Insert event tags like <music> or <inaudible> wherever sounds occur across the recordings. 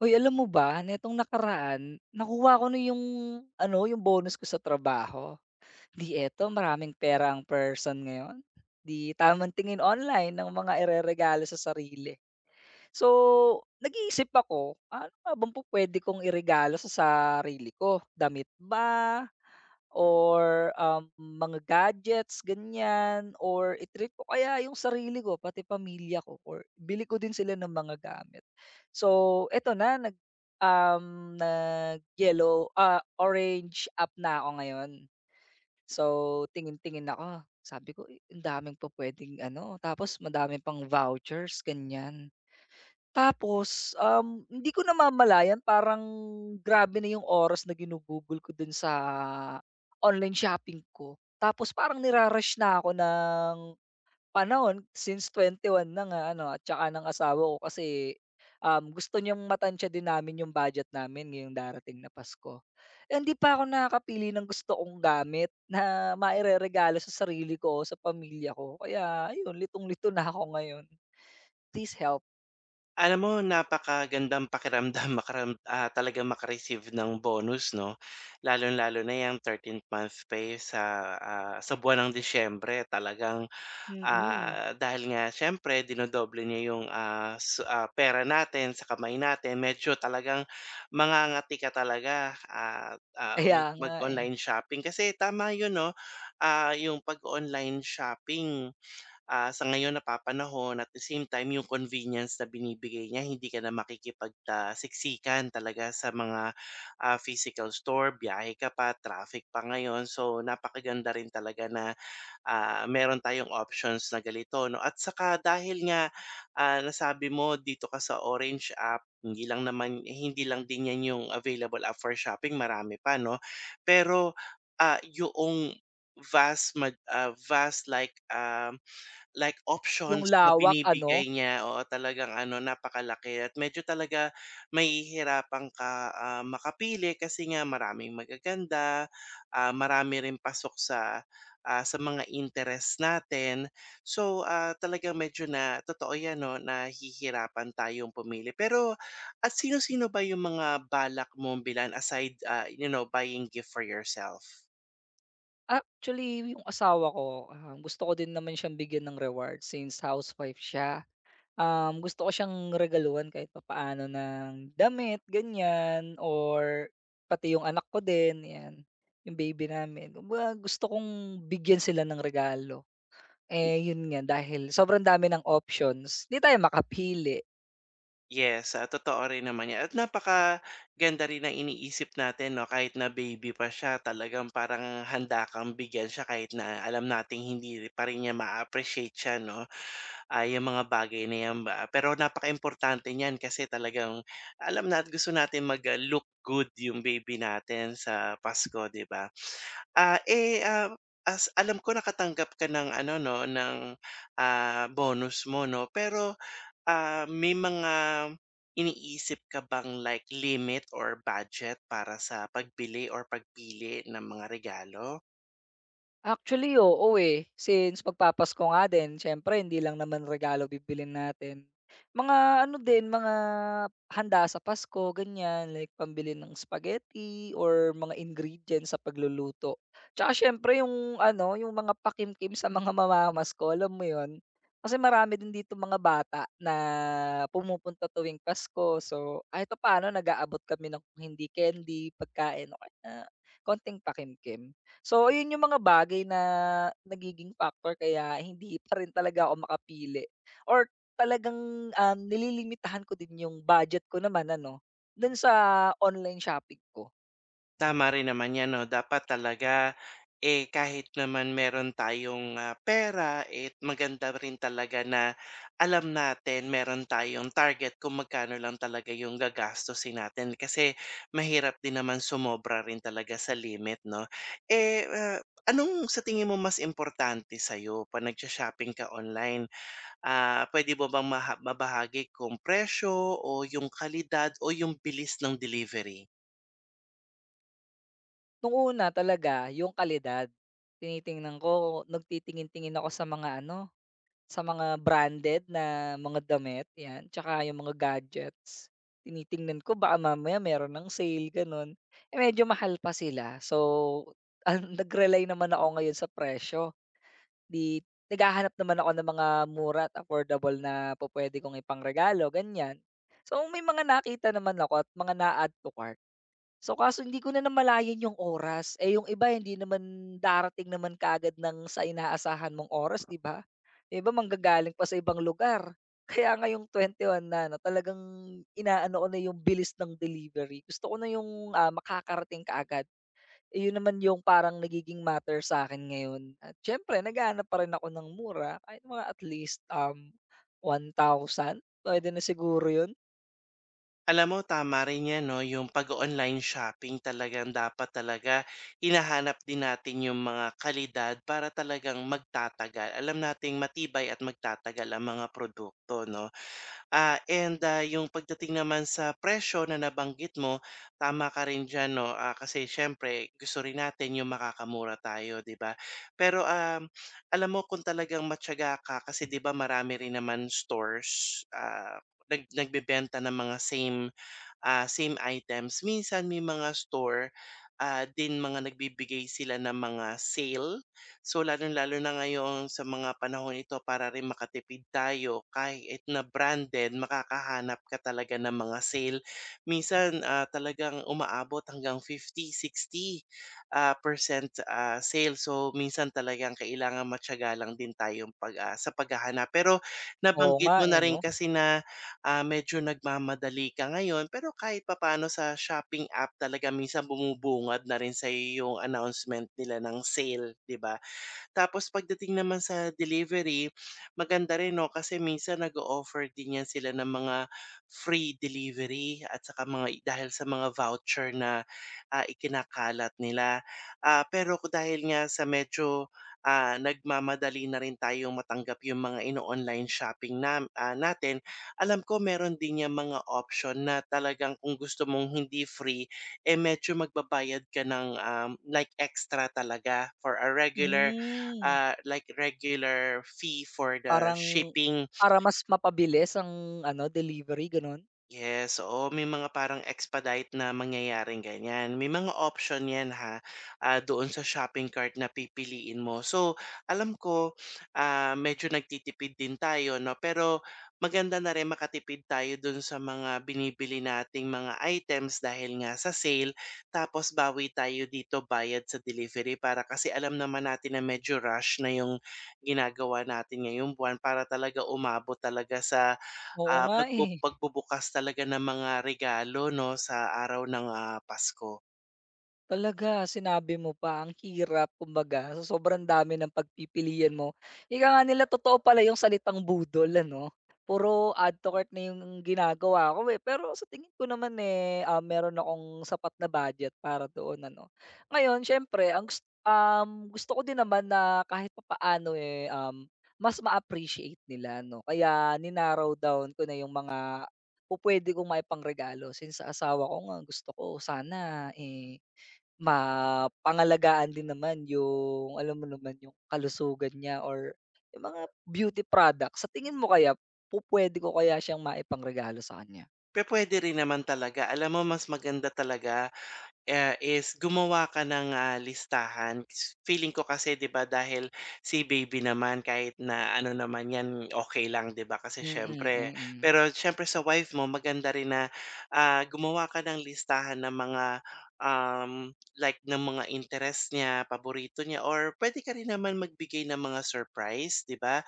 Uy, alam mo ba nitong nakaraan nakuha ko na yung ano, yung bonus ko sa trabaho. 'Di eto maraming pera ang person ngayon, 'di tamang tingin online ng mga ireregalo sa sarili. So, nag-iisip ako, ano nga bang pupuwede kong iregalo sa sarili ko, damit ba? Or, mga gadgets ganyan or i-treat ko kaya yung sarili ko pati pamilya ko or bili ko din sila ng mga gamit. So eto na nag, um, nag-yellow, ah, orange up na ako ngayon. So tingin-tingin ako sabi ko, "Uy ang daming pupuwedeng ano," tapos madami pang vouchers ganyan. Tapos, hindi ko namamalayan parang grabe na yung oras na ginugugol ko dun sa online shopping ko. Tapos parang nira na ako ng panahon since 21 na nga ano at saka ng asawa ko kasi, gusto niyang matantya din namin yung budget namin ngayong darating na Pasko. Eh, hindi pa ako nakakapili ng gusto kong gamit na <laughs> maireregalo sa sarili ko o sa pamilya ko. Kaya ayun, litong-lito na ako ngayon. Please help. Alam mo, napakagandang pakiramdam <laughs> talagang maka ng bonus 'no, lalo lalo na yung 13th month pay sa buwan ng Disyembre talagang, Mm. Mm. ah, Dahil nga siyempre dinodoble niya 'yung, ah, s ah, pera natin sa kamay natin, medyo talagang mangangati ka talaga at, ah, Kaya mag nga, eh. mag-online shopping, kasi tama 'yun 'no. 'Yung pag-online shopping sa ngayon napapanahon, at the same time yung convenience na binibigay niya, hindi ka na siksikan talaga sa mga physical store, biyahe ka pa, traffic pa ngayon. So, napakaganda rin talaga na meron tayong options na ganito 'no, at saka dahil nga nasabi mo dito ka sa Orange app, hindi lang naman hindi lang din 'yan yung available app for shopping, marami pa 'no. Pero, ah, yoong vast like Yung options na lawak ano, binibigay niya, oo, talagang ano napakalaki, at medyo talaga mahihirapan ka makapili kasi nga maraming magaganda, marami rin pasok sa mga interest natin. So, talagang medyo na totoo 'yan 'no, nahihirapan tayong pumili. Pero at sino-sino ba yung mga balak mong bilan aside, ah, you know, buying gift for yourself? actually yung asawa ko, gusto ko din naman siyang bigyan ng reward since housewife siya. Um, gusto ko siyang regaluhan kahit papaano ng damit, ganyan, or pati yung anak ko din, 'yan, yung baby namin. Kumbaga gusto kong bigyan sila ng regalo. Eh, yun nga dahil sobrang dami ng options, 'di tayo makapili. Yes, totoo rin naman 'yan, at napakaganda rin ng iniisip natin 'no, kahit na baby pa siya talagang parang handa kang bigyan siya kahit na alam nating hindi pa rin niya ma-appreciate siya 'no, 'yang mga bagay na 'yan ba. Pero napaka-importante niyan kasi talagang alam na at gusto natin mag- look good 'yung baby natin sa Pasko, 'di ba? Ah, eh, ah, as alam ko nakatanggap ka ng ano 'no, ng bonus mo 'no. Pero may mga iniisip ka bang like limit or budget para sa pagbili or pagpili ng mga regalo? Actually, oo, eh. Since magpapasko nga din siyempre hindi lang naman regalo bibilin natin. Mga ano din, mga handa sa Pasko ganyan, like pambili ng spaghetti or mga ingredients sa pagluluto. Tsaka siyempre yung ano, yung mga pakimkim sa mga <laughs> mamamasko, alam mo 'yun? Kasi marami din dito mga bata na pumupunta tuwing Pasko. So, kahit papaano nag-aabot kami ng kung hindi candy, pagkain o kaya konting pakimkim. So, ayun yung mga bagay na nagiging factor kaya hindi pa rin talaga ako makapili or talagang, nililimitahan ko din yung budget ko naman ano, dun sa online shopping ko. Tama rin naman 'yan 'no, dapat talaga, eh, kahit naman meron tayong pera, eh, maganda rin talaga na alam natin meron tayong target kung magkano lang talaga yung gagastusin natin. Kasi mahirap din naman sumobra rin talaga sa limit 'no. Eh, anong sa tingin mo mas importante sa'yo 'pag nagsho-shopping ka online? Pwede mo bang mabahagi kung presyo o yung kalidad o yung bilis ng delivery? Nung una talaga yung kalidad, tinitingnan ko, nagtitingin-tingin ako sa mga ano sa mga branded na mga damit 'yan, tsaka yung mga gadgets. Tinitingnan ko baka mamaya meron ng sale gano'n, eh, medyo mahal pa sila. So, <laughs> ang nag-rely naman ako ngayon sa presyo, 'di naghahanap naman ako ng mga mura at affordable na pupuwede kong ipangregalo, ganiyan. So, may mga nakita naman ako at mga na-add to cart. So, kaso hindi ko na namalayan yung oras, eh, yung iba hindi naman darating naman kaagad ng sa inaasahan mong oras, 'di ba? Yung iba manggagaling pa sa ibang lugar. <laughs> Kaya ngayong one na 'no, talagang inaano ko na yung bilis ng delivery. Gusto ko na yung, ah, makakarating kaagad. Eh, yun naman yung parang nagiging matter sa akin ngayon at siyempre naghahanap pa rin ako ng mura kahit mga at least, one thousand pwede na siguro yun. Alam mo, tama rin 'yan 'no, yung pag online shopping talagang dapat talaga hinahanap din natin yung mga kalidad para talagang magtatagal. Alam nating matibay at magtatagal ang mga produkto 'no. Yung pagdating naman sa presyo na nabanggit mo, tama ka rin diyan 'no, kasi siyempre gusto rin natin yung makakamura tayo, 'di ba? Pero, alam mo, kung talagang matiyaga ka, kasi 'di ba marami rin naman stores, nagbebenta ng mga same items. Minsan may mga store, din mga nagbibigay sila ng mga sale. So, lalo lalo na ngayon sa mga panahon ito para rin makatipid tayo, kahit na branded makakahanap ka talaga ng mga sale. Minsan, talagang umaabot hanggang fifty sixty percent sale. So, minsan talagang kailangan matiyaga lang din tayong sa paghahanap. Pero Oo nabanggit nga, mo na eh, rin 'no? kasi na medyo nagmamadali ka ngayon. Pero kahit papaano sa shopping app talaga, minsan bumubungad na rin sa'yo yung announcement nila ng sale, 'di ba? Tapos pagdating naman sa delivery, maganda rin 'no, kasi minsan nag offer din yan sila ng mga free delivery, at saka mga dahil sa mga voucher na ikinakalat nila. Pero dahil nga sa medyo nagmamadali na rin tayong matanggap yung mga ino-online shopping natin, alam ko meron din yang mga option na talagang kung gusto mong hindi free, eh, medyo magbabayad ka ng, like extra talaga for a regular Hmm. uh, like regular fee for the Parang shipping. para mas mapabilis ang ano, delivery gano'n? Yes, oo, may mga parang expedite na mangyayaring ganyan. May mga option 'yan, ha, doon sa shopping cart na pipiliin mo. So, alam ko, medyo nagtitipid din tayo 'no, pero maganda na rin makatipid tayo do'n sa mga binibili nating mga items dahil nga sa sale. Tapos bawi tayo dito bayad sa delivery, para kasi alam naman natin na medyo rush na 'yung ginagawa natin ngayong buwan para talaga umabot talaga sa Oo Ah, nga, pagbu eh. pagbubukas talaga ng mga regalo 'no, sa araw ng Pasko. Talaga, sinabi mo pa, ang hirap kumbaga sa sobrang dami ng pagpipilian mo. Ika nga nila totoo pala yung salitang budol ano, puro add to cart na yung ginagawa ko, eh. Pero sa tingin ko naman, eh, ah, meron akong sapat na budget para doon ano. Ngayon siyempre ang gusto ko din naman na kahit papaano, eh, um, mas ma-appreciate nila 'no, kaya ni down ko na yung mga pupuwede kong maipangregalo since sa asawa ko nga gusto ko sana, eh mapangalagaan din naman yung alam mo naman yung kalusugan niya or yung mga beauty products. Sa tingin mo kaya pupuwede ko kaya siyang maipangregalo sa kanya? Pero pwede rin naman talaga, alam mo, mas maganda talaga Ah, is gumawa ka ng, listahan. Feeling ko kasi 'di ba, dahil si baby naman kahit na ano naman 'yan, okay lang 'di ba, kasi Mm, siyempre, mm. pero siyempre sa wife mo maganda rin na gumawa ka ng listahan ng mga, um, like ng mga, interest niya, paborito niya, or puwede ka rin naman magbigay ng mga surprise 'di ba,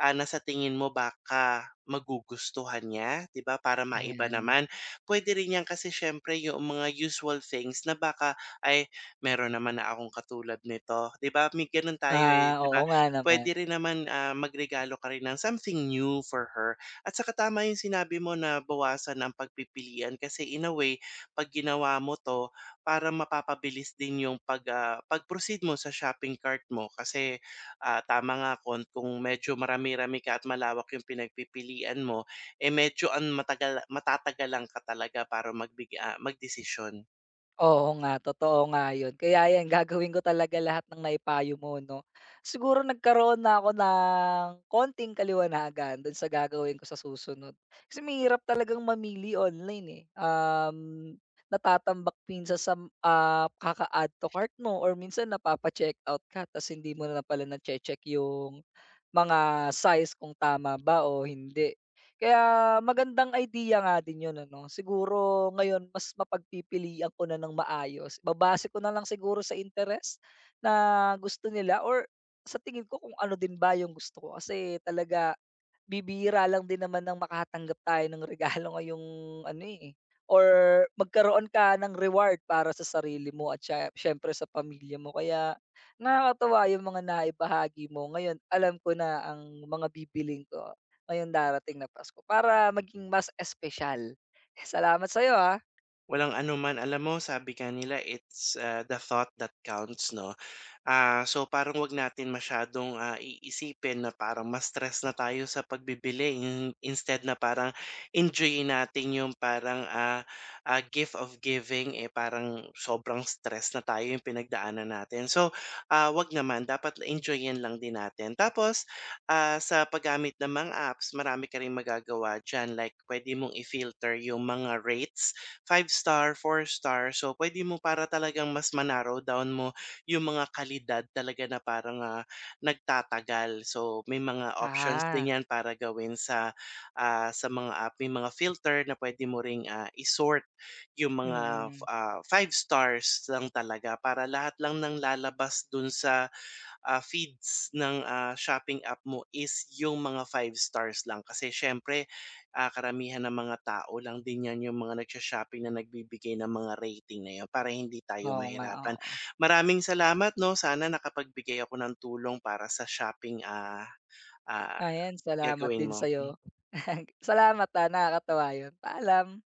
ah, na sa tingin mo baka magugustuhan niya, 'di ba, para maiba Ayan. naman. Puwede rin 'yan kasi siyempre yung mga usual things na baka, "Ay, meron naman na akong katulad nito." 'Di ba, may gano'n tayo, eh, Ah, 'di ba? oo nga naman. Puwede rin naman, magregalo ka rin ng something new for her, at saka tama yung sinabi mo na bawasan ang pagpipilian kasi in a way 'pag ginawa mo 'to para mapapabilis din yung pag-proceed mo sa shopping cart mo, kasi, tama nga kung medyo marami-rami ka at malawak yung pinagpipilian mo, eh, medyo ang matagala matatagalan ka talaga para magdesisyon. Oo nga, totoo nga yun. Kaya yan, <laughs> gagawin ko talaga lahat ng naipayo mo 'no. Siguro nagkaroon na ako ng konting kaliwanagan dun sa gagawin ko sa susunod. Kasi mahirap talagang mamili online, eh. Natatambak minsan sa, ah, kaka-add to cart mo or minsan napapa-checkout ka ta's hindi mo na pala nache-check yung mga size kung tama ba o hindi. Kaya magandang idea nga din 'yun ano. Siguro ngayon mas mapagpipilian ko na ng maayos. Babase ko na lang siguro sa interes na gusto nila or sa tingin ko kung ano din ba yung gusto ko. Kasi talaga bibihira lang din naman ng makatanggap tayo ng regalo ngayong ano, eh, or magkaroon ka ng reward para sa sarili mo at siyempre sa pamilya mo. Kaya nakakatuwa yung mga naibahagi mo. Ngayon alam ko na ang mga bibiling ko ngayon darating na Pasko para maging mas espesyal. Eh, salamat sa'yo, ah. Walang anuman. Alam mo sabi nga nila, it's, the thought that counts, 'no? So parang 'wag natin masyadong, iisipin na parang mas stress na tayo sa pagbibili, instead na parang enjoyin natin yung parang, gift of giving, eh, parang sobrang stress na tayo yung pinagdaanan natin. So, 'wag naman, dapat enjoyin lang din natin. Tapos, sa paggamit ng mga apps marami ka ring magagawa diyan, like puwede mong i-filter yung mga rates. Five star, four star. So, puwede mo para talagang mas down mo yung mga kalidad talaga na parang, nagtatagal. So, may mga options din Ah, 'yan para gawin sa mga app. May mga filter na puwede mo ring, ah, i yung mga, mm. 5 stars lang talaga, para lahat lang ng lalabas dun sa feeds ng shopping app mo is yung mga five stars lang. Kasi siyempre, karamihan ng mga tao lang din 'yan yung mga shopping na nagbibigay ng mga rating na 'yon para hindi tayo Oo nga, mahirapan. oo. Maraming salamat 'no, sana nakapagbigay ako ng tulong para sa shoppingah, Ayan, salamat gagawin din mo. sa'yo. <laughs> Salamat, ah, nakakatuwa yun. Paalam.